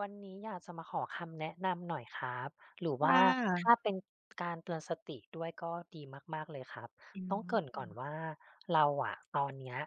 วันนี้อยากจะมาขอคำแนะนำหน่อยครับหรือค่ว่าะถ้าเป็นการเตือนสติด้วยก็ดีมากๆเลยครับอืต้องเกริ่นก่อนมว่าเราอะตอนเนี้ย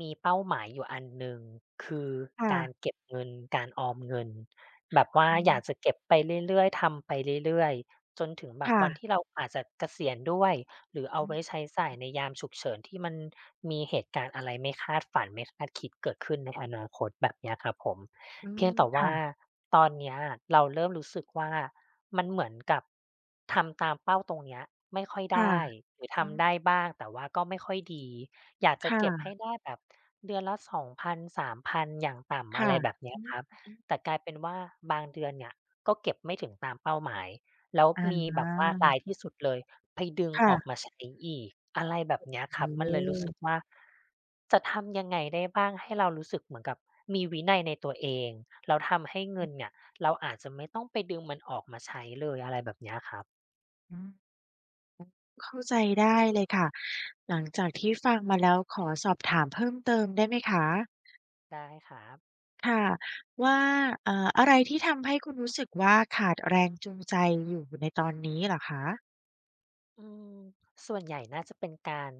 มีเป้าหมายอยู่อันหนึ่งคือการค่ะเก็บเงินการออมเงินแบบว่าอือยากจะมเก็บไปเรื่อยๆทำไปเรื่อยๆจนถึงแบบวันค่ะที่เราอาจจะเกษียณด้วยหรือเอาอืมไว้ใช้จ่ายในยามฉุกเฉินที่มันมีเหตุการณ์อะไรไม่คาดฝันไม่คาดคิดเกิดขึ้นในอนาคตแบบเนี้ยครับผม อืมเพียงแต่ว่าค่ะตอนเนี้ยเราเริ่มรู้สึกว่ามันเหมือนกับทำตามเป้าตรงเนี้ยไม่ค่อยค่ะได้หรืออืมทำได้บ้างแต่ว่าก็ไม่ค่อยดีอยากจะค่ะเก็บให้ได้แบบเดือนละ2,000 3,000อย่างต่ำอะค่ะไรแบบเนี้อืยมครับอืมแต่กลายเป็นว่าบางเดือนเนี่ยก็เก็บไม่ถึงตามเป้าหมายแล้วอมีแบบว่าารายที่สุดเลย ไปดึงออกมาค่ะใช้อีกอะไรแบบเนี้ยครับโอ้โมันเลยรู้สึกฮว่าจะทำยังไงได้บ้างให้เรารู้สึกเหมือนกับมีวินัยในตัวเองแล้วทำให้เงินเนี่ยเราอาจจะไม่ต้องไปดึงมันออกมาใช้เลยอะไรแบบเนี้ยครับอืมเข้าใจได้เลยค่ะหลังจากที่ฟังมาแล้วขอสอบถามเพิ่มเติมได้ไหมคะได้ครับ ค่ะว่าอะไรที่ทำให้คุณรู้สึกว่าขาดแรงจูงใจอยู่ในตอนนี้เหรอคะอืมส่วนใหญ่น่าจะเป็นการ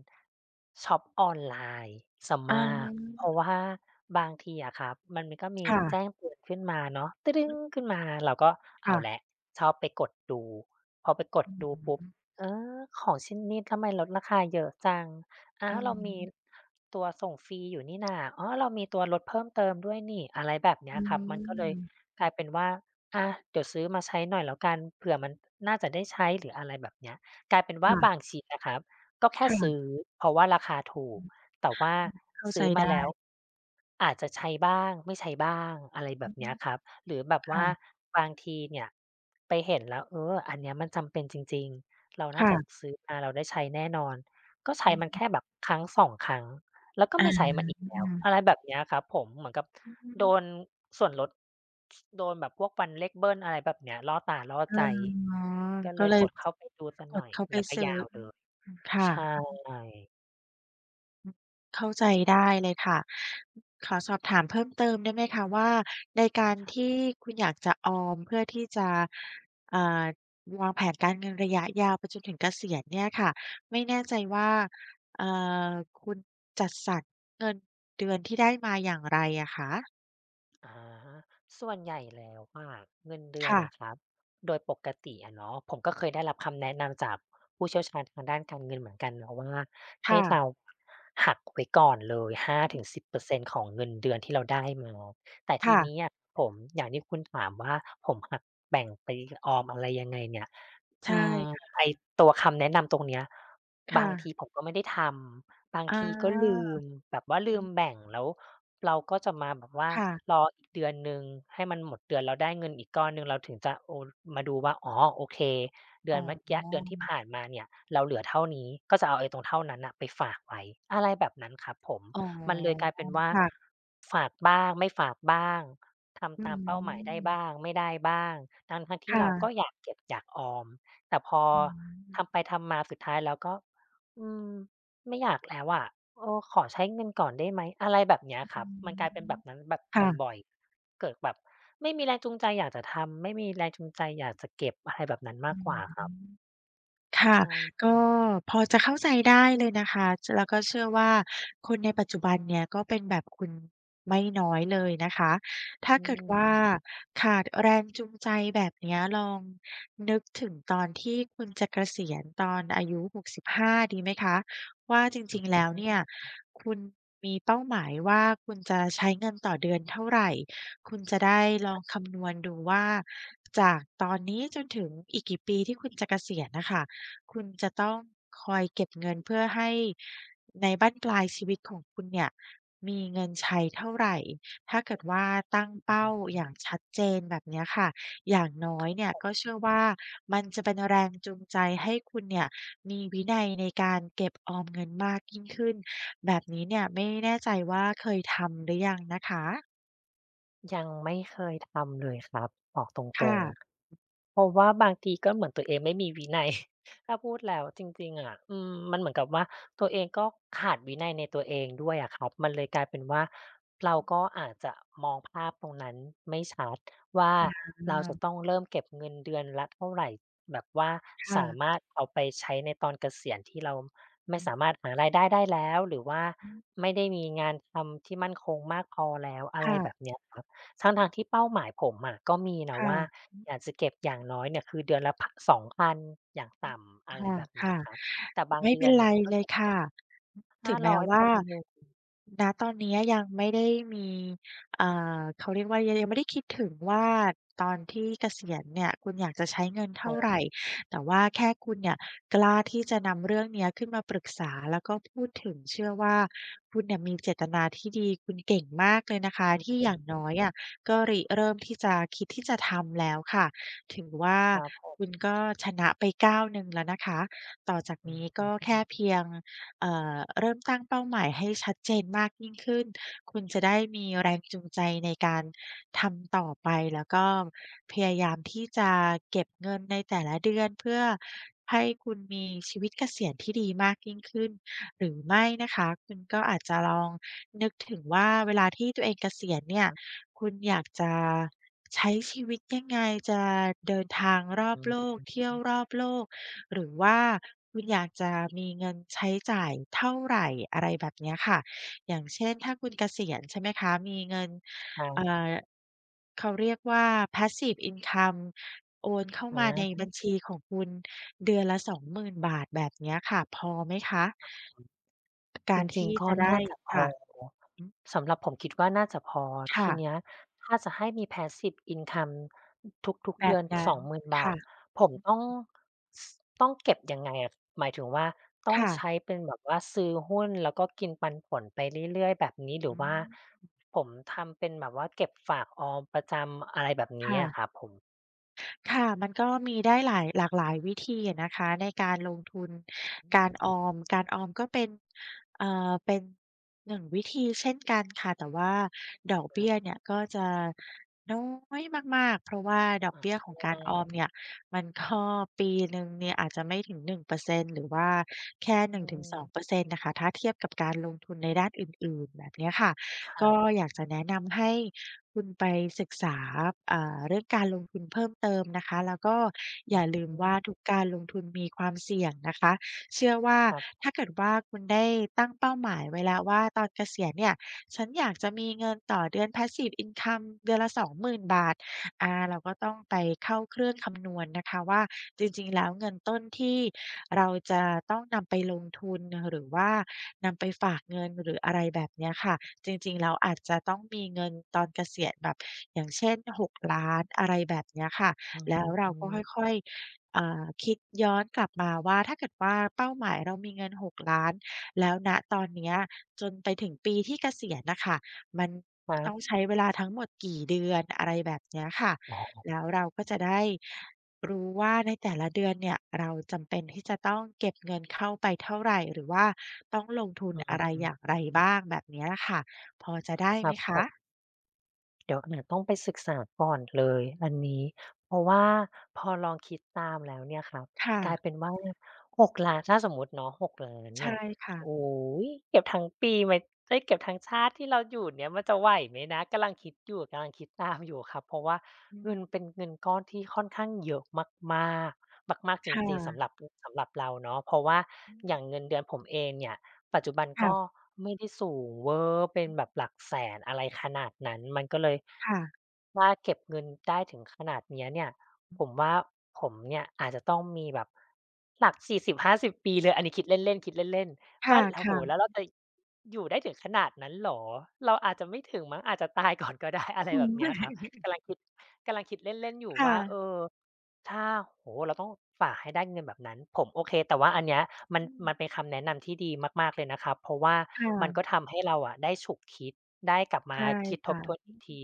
ช็อปออนไลน์เสียมาอากเพราะว่าบางทีอะครับมันก็มีแจ้ค่ะงเตือนขึ้นมาเนาะขึ้นมาเราก็เอาค่ะแล้วชอบไปกดดูพอไปกดอืดูอปุ๊บฮึเออของชิ้นนี้ทำไมลดราคาเยอะจังอ้าอือวเรามีตัวส่งฟรีอยู่นี่นาอ๋อเรามีตัวลดเพิ่มเติมด้วยนี่อะไรแบบเนี้อืยครับมันก็เลยมกลายเป็นว่าอาเดี๋ยวซื้อมาใช้หน่อยแล้วกันเผื่อมันน่าจะได้ใช้หรืออะไรแบบเนี้ย กลายเป็นว่าบาค่ะงชิ้นนะครับก็แค่ค่ะ ซื้อเพราะว่าราคาถูกแต่ว่าเข้าใจซื้อมาแล้วได้อาจจะใช้บ้างไม่ใช้บ้างอะไรแบอืบเนี้มยครับหรือแบบว่าค่ะบางทีเนี่ยไปเห็นแล้วเอออันเนี้ยมันจำเป็นจริงๆเราน่าจะค่ะซื้อมาเราได้ใช้แน่นอนก็ใช้มันอืมแค่แบบครั้งสอ2ครั้ง แล้วก็อาไม่ใช้มันอีกแล้วอะไรแบบเนี้ยครับผมเหมือนกับโดนส่วนลดสโดนแบบพวกฟันเลขเบิ้ลอะไรแบบเนี้ยล่อตาล่ออ๋อใจก็ก็เลยเลยกดเข้าไปดูเสียกหดน่อยเข้าไปแล้วก็ซื้อยาวเลยใช่ค่ะเข้าใจได้เลยค่ะ ขอสอบถามเพิ่มเติมได้ไหมคะว่าในนั่นกาแหรละครับ ที่คุณอยากจะออมเพื่อที่จะอ่าวางแผนการเงินระยะยาวไปจนถึงเกษียณเนี่ยค่ะไม่แน่ใจว่าเอ่อคุณจัดสรรเงินเดือนที่ได้มาอย่างไรอะคะอาส่วนใหญ่แล้วว่าเงินเดือนค่ะ อะครับโดยปกติอะเนาะผมก็เคยได้รับคำแนะนำจากผู้เชี่ยวชาญทางด้านการเงินเหมือนกันเนาะว่าให้เราค่ะ หักไว้ก่อนเลย5-10%ของเงินเดือนที่เราได้มาแต่ทีค่ะ เนี้ยผมอย่างที่คุณถามว่าผมหักแบ่งไปออมอะไรยังไงเนี่ยใชอืม่ไอ้ตัวคำแนะนำตรงเนี้ยบางทีค่ะผมก็ไม่ได้ทำบางอาทีก็ลืมแบบว่าลือืมมแบ่งแล้ว เราก็จะมาแบบว่าค่ะรออีกเดือนหนึ่งให้มันหมดเดือนแล้วได้เงินอีกก้อนหนึ่งเราถึงจะโอนมาดูว่าอ๋อโอเคเดือ๋ออนเมื่อกี้เดือนที่ผ่านมาเนี่ยเราเหลือเท่านี้ก็จะเอาไอ้ตรงเท่านั้นน่ะไปฝากไว้อะไรแบบนั้นครับผมอ๋มันเลยกอลายเป็นว่าค่ะฝากบ้างไม่ฝากบ้างอืทำตามเป้าหมายได้มบ้างไม่ได้บ้างทั้งๆที่เราก็ค่ะอยากเก็บอยากออมแต่พออืมทำไปทำมาสุดท้ายแล้วก็อืมไม่อยากแล้วอะ เออขอใช้เงินก่อนได้ไหมอะไรแบบเนี้ยคอืรับมันกมลายเป็นแบบนั้นแบบค่ะบ่อยๆเกิดแบบไม่มีแรงจูงใจอยากจะทำไม่มีแรงจูงใจอยากจะเก็บอะไรแบบนั้นอืมากกม ว่าครับค่ะใช่ก็พอจะเข้าใจได้เลยนะคะแล้วก็เชื่อว่าคนในปัจจุบันเนี่ยก็เป็นแบบคุณไม่น้อยเลยนะคะถ้าอเกิดว่าืมขาดแรงจูงใจแบบเนี้ยลองนึกถึงตอนที่คุณจะเกษียณตอนอายุ65ดีไหมคะว่าจอืริองๆแล้วฮึ เนี่ยคุณมีเป้าหมายว่าคุณจะใช้เงินต่อเดือนเท่าไหรคุณจะได้ลองคำนวณดูว่าจากตอนนี้จนถึงอีกกี่ปีที่คุณจะเกษียณนะคะ คุณจะต้องคอยเก็บเงินเพื่อให้ของคุณเนี่ยมีเงินใช้เท่าไรถ้าเกิดว่าตั้งเป้าอย่างชัดเจนแบบเนี้ยค่ะอย่างน้อยเนี่ยก็เชื่อว่ามันจะเป็นแรงจูงใจให้คุณเนี่ยมีวินัยในการเก็บออมเงินมากยิ่งขึ้น แบบนี้เนี่ยไม่แน่ใจว่าเคยทำหรือยังนะคะยังไม่เคยทำเลยครับบอกตรงค่ะๆเพราะว่าบางทีก็เหมือนตัวเองไม่มีวินัย ถ้าพูดแล้วจริงๆอะมันเหมือนกับว่าตัวเองก็ขาดวินัยในตัวเองด้วยอะครับมันเลยกลายเป็นว่าเราก็อาจจะมองภาพตรงนั้นไม่ชัดว่าเราอาจะต้องเริ่มเก็บเงินเดือนละเท่าไหร่แบบว่าค่ะสามารถเอาไปใช้ในตอนเกษียณที่เราอืไม่อสามารถหารายได้ได้แล้วหรือว่าฮึไม่ได้มีงานทำที่มั่นคงมากพอแล้วอะไรแบบค่ะเนี้ยครับ ทั้งๆที่เป้าหมายผมอะก็มีนะว่าค่ะอยากจะเก็บอย่างน้อยเนี่ยคือเดือนละพ2,000องพันอย่างต่ำอะไรค่ะแบบเนี้ยค่ะ ครับแต่บางไม่เดืเป็อนนไรเนี่ยก็เลยเก็บค่ะ ถึงแม้500 ว่า1,000ณตอนเนี้ยยังไม่ได้มีเอ่เขาเรียกว่ายังยังไม่ได้คิดถึงว่าตอนที่เกษียณเนี่ยคุณอยากจะใช้เงินคเท่ารัไรบแต่ว่าแค่คุณเนี่ยกล้าที่จะนำเรื่องเนี้ยขึ้นมาปรึกษาแล้วก็พูดถึงเชื่อว่าคุณเนี่ยมีเจตนาที่ดีคุณเก่งมากเลยนะคะอือที่อย่างฮึน้อยอะก็ริเริ่มที่จะคิดที่จะทำแล้วค่ะถือว่าครับผมคุณก็ชนะไปก้าวหนึ่งแล้วนะคะ ต่อจากนี้อืก็อฮึแค่เพียงเริ่มตั้งเป้าหมายให้ชัดเจนมากยิ่งขึ้น คุณจะได้มีแรงจูงใจในการทำต่อไปแล้วก็พยายามที่จะเก็บเงินในแต่ละเดือนเพื่อให้คุณมีชีวิตเกษียณที่ดีมากยิ่งขึ้นหรือไม่นะคะคุณก็อาจจะลองนึกถึงว่าเวลาที่ตัวเองเกษียณเนี่ย คุณอยากจะ ใช้ชีวิตยังไงจะเดินทางรอบอืโลอกเที่ยวรอบโลกหรือว่าคุณอยากจะมีเงินใช้จ่ายเท่าไรอะไรแบบเนี้ยค่ะอย่างเช่นถ้าคุณเกษียณใช่ไหมคะมีเงินครัเอ่บอเขาเรียกว่า passive income โอนเข้ามาในอา บัญชีของคุณเดือนละสองหมื่นบาทแบบเนี้ยค่ะพอไหมคะจการริงที่ๆก็จะได้น่าจะพอค่ะอือสำหรับผมคิดว่าน่าจะพอทีเนี้ยค่ะถ้าจะให้มี passive income ทุกแบๆเดืบอนสนั้อนงหมื่นบาค่ะทผมอือสต้องเก็บยังไงอะหมายถึงว่าต้องค่ะใช้เป็นแบบว่าซื้อหุ้นแล้วก็กินปันผลไปเรื่อยๆแบบนี้หรืออืว่ามผมทำเป็นแบบว่าเก็บฝากออมประจำอะไรแบบนี้อะครัค่ะ บผมค่ะมันก็มีได้หลายหลากหลายวิธีอะนะคะในการลงทุนการออมการออมก็เป็นเป็นหนึ่งวิธีเช่นกันค่ะแต่ว่าดอกเบี้ยเนี่ยก็จะน้อยมากๆเพราะว่าดอกอาเบี้ยของใช่การออมเนี่ยมันก็ปีหนึ่งเนี่ยอาจจะไม่ถึง1%หรือว่าแค่1-2%อืน่งถึงสองเปอมร์เซ็นต์น่ะค่ะถ้าเทียบกับการลงทุนในด้านอื่นๆแบบเนี้ยค่ะครัก็บอยากจะแนะนำให้ คุณไปศึกษาเรื่องการลงทุนเพิ่มเติมนะคะ แล้วก็ออืย่าอลืมฮึว่าทุกการลงทุนมีความเสี่ยงนะคะ เชื่อว่าครับถ้าเกิดว่าคุณได้ตั้งเป้าหมายไว้แล้วว่าตอนเกษียณเนี่ยฉันอยากจะมีเงินต่อเดือน Passive Income เดือนละสองห0ื่นบาทเราก็ต้องไปเข้าเครื่องคำนวณนะคะว่าจริงๆแล้วเงินต้นที่เราจะต้องนำไปลงทุนหรือว่านำไปฝากเงินหรืออะไรแบบเนี้ยค่ะ จริงๆแล้วอาจจะต้องมีเงินตอนเกษียณแบบอย่างเช่น 6 ล้านอะไรแบบเนี้ยค่ะอือแล้วเราฮึก็ค่อยๆคิดย้อนกลับมาว่าถ้าเกิดว่าเป้าหมายเรามีเงิน 6 ล้านแล้วณตอนเนี้ยจนไปถึงปีที่เกษียณน่ะค่ะมันครัต้องบใช้เวลาทั้งหมดกี่เดือนอะไรแบบเนี้ยค่ะอ๋อแล้วเราก็จะได้รู้ว่าในแต่ละเดือนเนี่ยเราจำเป็นที่จะต้องเก็บเงินเข้าไปเท่าไรหรือว่าต้องลงทุนอือะไรมอย่างไรบ้างแบบเนี้ยค่ะ พอจะได้คไหรัมบผคะม เดี๋ยวเนี่ยต้องไปศึกษาก่อนเลยอันนี้เพราะว่าพอลองคิดตามแล้วเนี่ยครับค่ะกลายเป็นว่า6กล0 0 0ถ้าสมมุติเนาะ6ก0 0 0นใช่เนี่ยค่ะโอ้โฮเก็บทั้งปีไหมเอ๊ยเก็บทั้งชาติที่เราอยู่เนี่ยมันจะไหวไหมนะกำลังคิดอยู่กำลังคิดตามอยู่ครับเพราะว่าอืเงินมเป็นเงินก้อนที่ค่อนข้างเยอะมากๆมากๆจคริงๆสำห่ะรับสำหรับเราเนาะเพราะว่าอืมอย่างเงินเดือนผมเองเนี่ย ปัจจุบันก็ค่ะไม่ได้สูงเวอร์เป็นแบบหลักแสนอะไรขนาดนั้นมันก็เลยค่ะถ้าเก็บเงินได้ถึงขนาดเนี้ยเนี่ยผมว่าผมเนี่ยอาจจะต้องมีแบบหลัก40-50 ปีเลยอันนี้คิดเล่นๆคิดเล่นคๆว่าโอ้โฮ่ะแล้วเราจะอยู่ได้ถึงขนาดนั้นเหรอเราอาจจะไม่ถึงมั้งอาจจะตายก่อนก็ได้ อะๆไรอืแบมบเนี้ยครับกำลังคิดกำลังคิดเล่นๆอยู่คว่าเออ ่ะถ้าโอ้โฮเราต้องฝากให้ได้เงินแบบนั้นผมโอเคแต่ว่าอันเนี้ยมันอืมมันเป็นคำแนะนำที่ดีมากๆเลยนะครับเพราะว่ามันก็ค่ะทำให้เราอะได้ฉุกคิดได้กลับมาใช่คิดทบทวค่ะนอีกที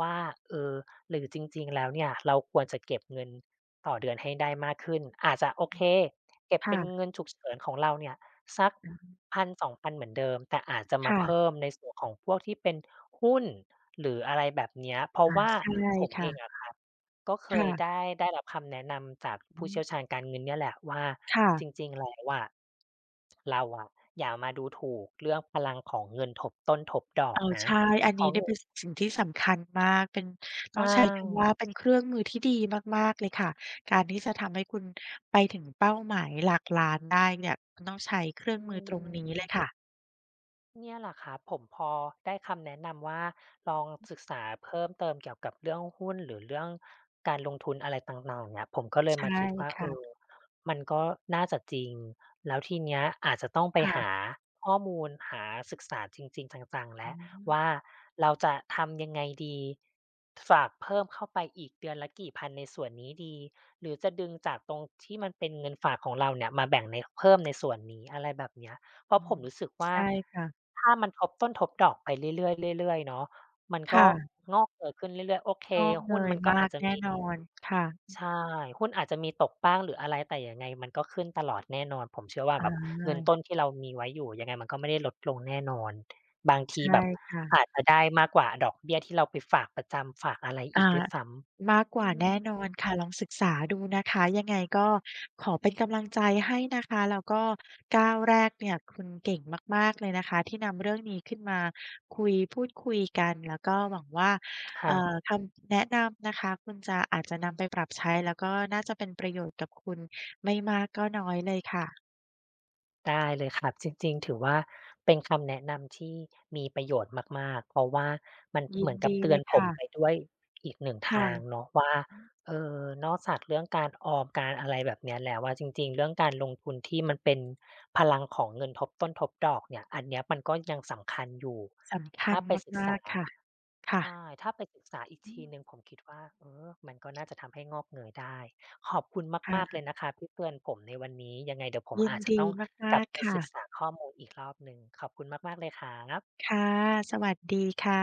ว่าเออหรือจริงๆแล้วเนี่ยเราควรจะเก็บเงินต่อเดือนให้ได้มากขึ้นอาจจะโออืเคมเก็บเป็ค่ะนเงินฉุกเฉินของเราเนี่ยสักอืม1,000-2,000เหมือนเดิมแต่อาจจะมาเพิ่ค่ะมในส่วนของพวกที่เป็นหุ้นหรืออะไรแบบเนี้ยเพราะอาว่าใช่ผมเอค่ะงอะครับ ก็เคยได้ค่ะได้รับคำแนะนำจากอืผู้มเชี่ยวชาญการเงินเนี่ยแหละว่าค่ะจริงๆแล้วอะเราอะอย่ามาดูถูกเรื่องพลังของเงินทบต้นทบดอกอ้าวนะใช่อันเพนี้ราะเนี่ยเงิเป็นนสสิ่งที่สำคัญมากเป็นใชต้องใช้คำ่ว่าเป็นเครื่องมือที่ดีมากๆเลยค่ะ การที่จะทำให้คุณไปถึงเป้าหมายหลักล้านได้เนี่ยคุณต้องใช้เครื่องอืมือตรงนี้เลยม ค่ะเนี่ยแหละครับผมพอได้คำแนะนำว่าลองศึกษาเพิ่มเติมเกี่ยวกับเรื่องหุ้นหรือเรื่องการลงทุนอะไรต่างๆเนี่ยผมก็เลยใช่มาคิดว่าเออค่ะมันก็น่าจะจริงแล้วทีเนี้ยอาจจะต้องไปหาค่ะ ข้อมูลหาศึกษาจริงๆจังๆอืแล้วว่ามเราจะทำยังไงดีฝากเพิ่มเข้าไปอีกเดือนละกี่พันในส่วนนี้ดีหรือจะดึงจากตรงที่มันเป็นเงินฝากของเราเนี่ยมาแบ่งในเพิ่มในส่วนนี้อะไรแบบเนี้ย เพอืราะผมมรู้สึกว่าใช่ค่ะถ้ามันทบต้นทบดอกไปเรื่อยๆเรื่อยๆเนาะมันก็ค่ะงอกเงยขึ้นเรื่อยๆโอเคงอกเงหุ้นยมันก็มาอากจจะแน่มีนอนค่ะใช่หุ้นอาจจะมีตกบ้างหรืออะไรแต่ยังไงมันก็ขึ้นตลอดแน่นอนผมเชื่อว่าแบบอาเงินต้นที่เรามีไว้อยู่ยังไงมันก็ไม่ได้ลดลงแน่นอนบางทีใช่แบบค่ะอาจจะได้มากกว่าดอกเบี้ยที่เราไปฝากประจำฝากอะไรอีกอ่าด้วยซ้มากกำว่าอืแน่นอมนค่ะลองศึกษาดูนะคะยังไงก็ขอเป็นกำลังใจให้นะคะแล้วก็ก้าวแรกเนี่ยคุณเก่งมากๆเลยนะคะที่นำเรื่องนี้ขึ้นมาคุยพูดคุยกันแล้วก็หวังว่าค่ะ คำแนะนำนะคะคุณจะอาจจะนำไปปรับใช้แล้วก็น่าจะเป็นประโยชน์กับคุณไม่มากก็น้อยเลยค่ะได้เลยครับจริงๆถือว่าเป็นคำแนะนำที่มีประโยชน์มากๆเพราะว่ามันยิเหนมือนกับดีเตืเลอนยผมค่ะ ไปด้วยอีกหนึ่งทางค่ะเนาะว่านอกจากเรื่องการออมการอะไรแบบเนี้ยแล้วอะจริงๆเรื่องการลงทุนที่มันเป็นพลังของเงินทบต้นทบดอกเนี่ยอันเนี้ยมันก็ยังสำคัญอยู่สำคัถ้าญไปศึกมาษา กๆค่ะค่ะใช่ถ้าไปศึกษาอีกอืทีมหนึ่งผมคิดว่าเออมันก็น่าจะทำให้งอกเงยได้ ขอบคุณค่มากๆเละยนะครับที่เตือนผมในวันนี้ยังไงเดี๋ยวผมยินอาจจะดีต้องกมาลับกไปๆค่ะศึกษาข้อมูลอีกรอบหนึ่งขอบคุณมากๆเลยครับค่ะสวัสดีค่ะ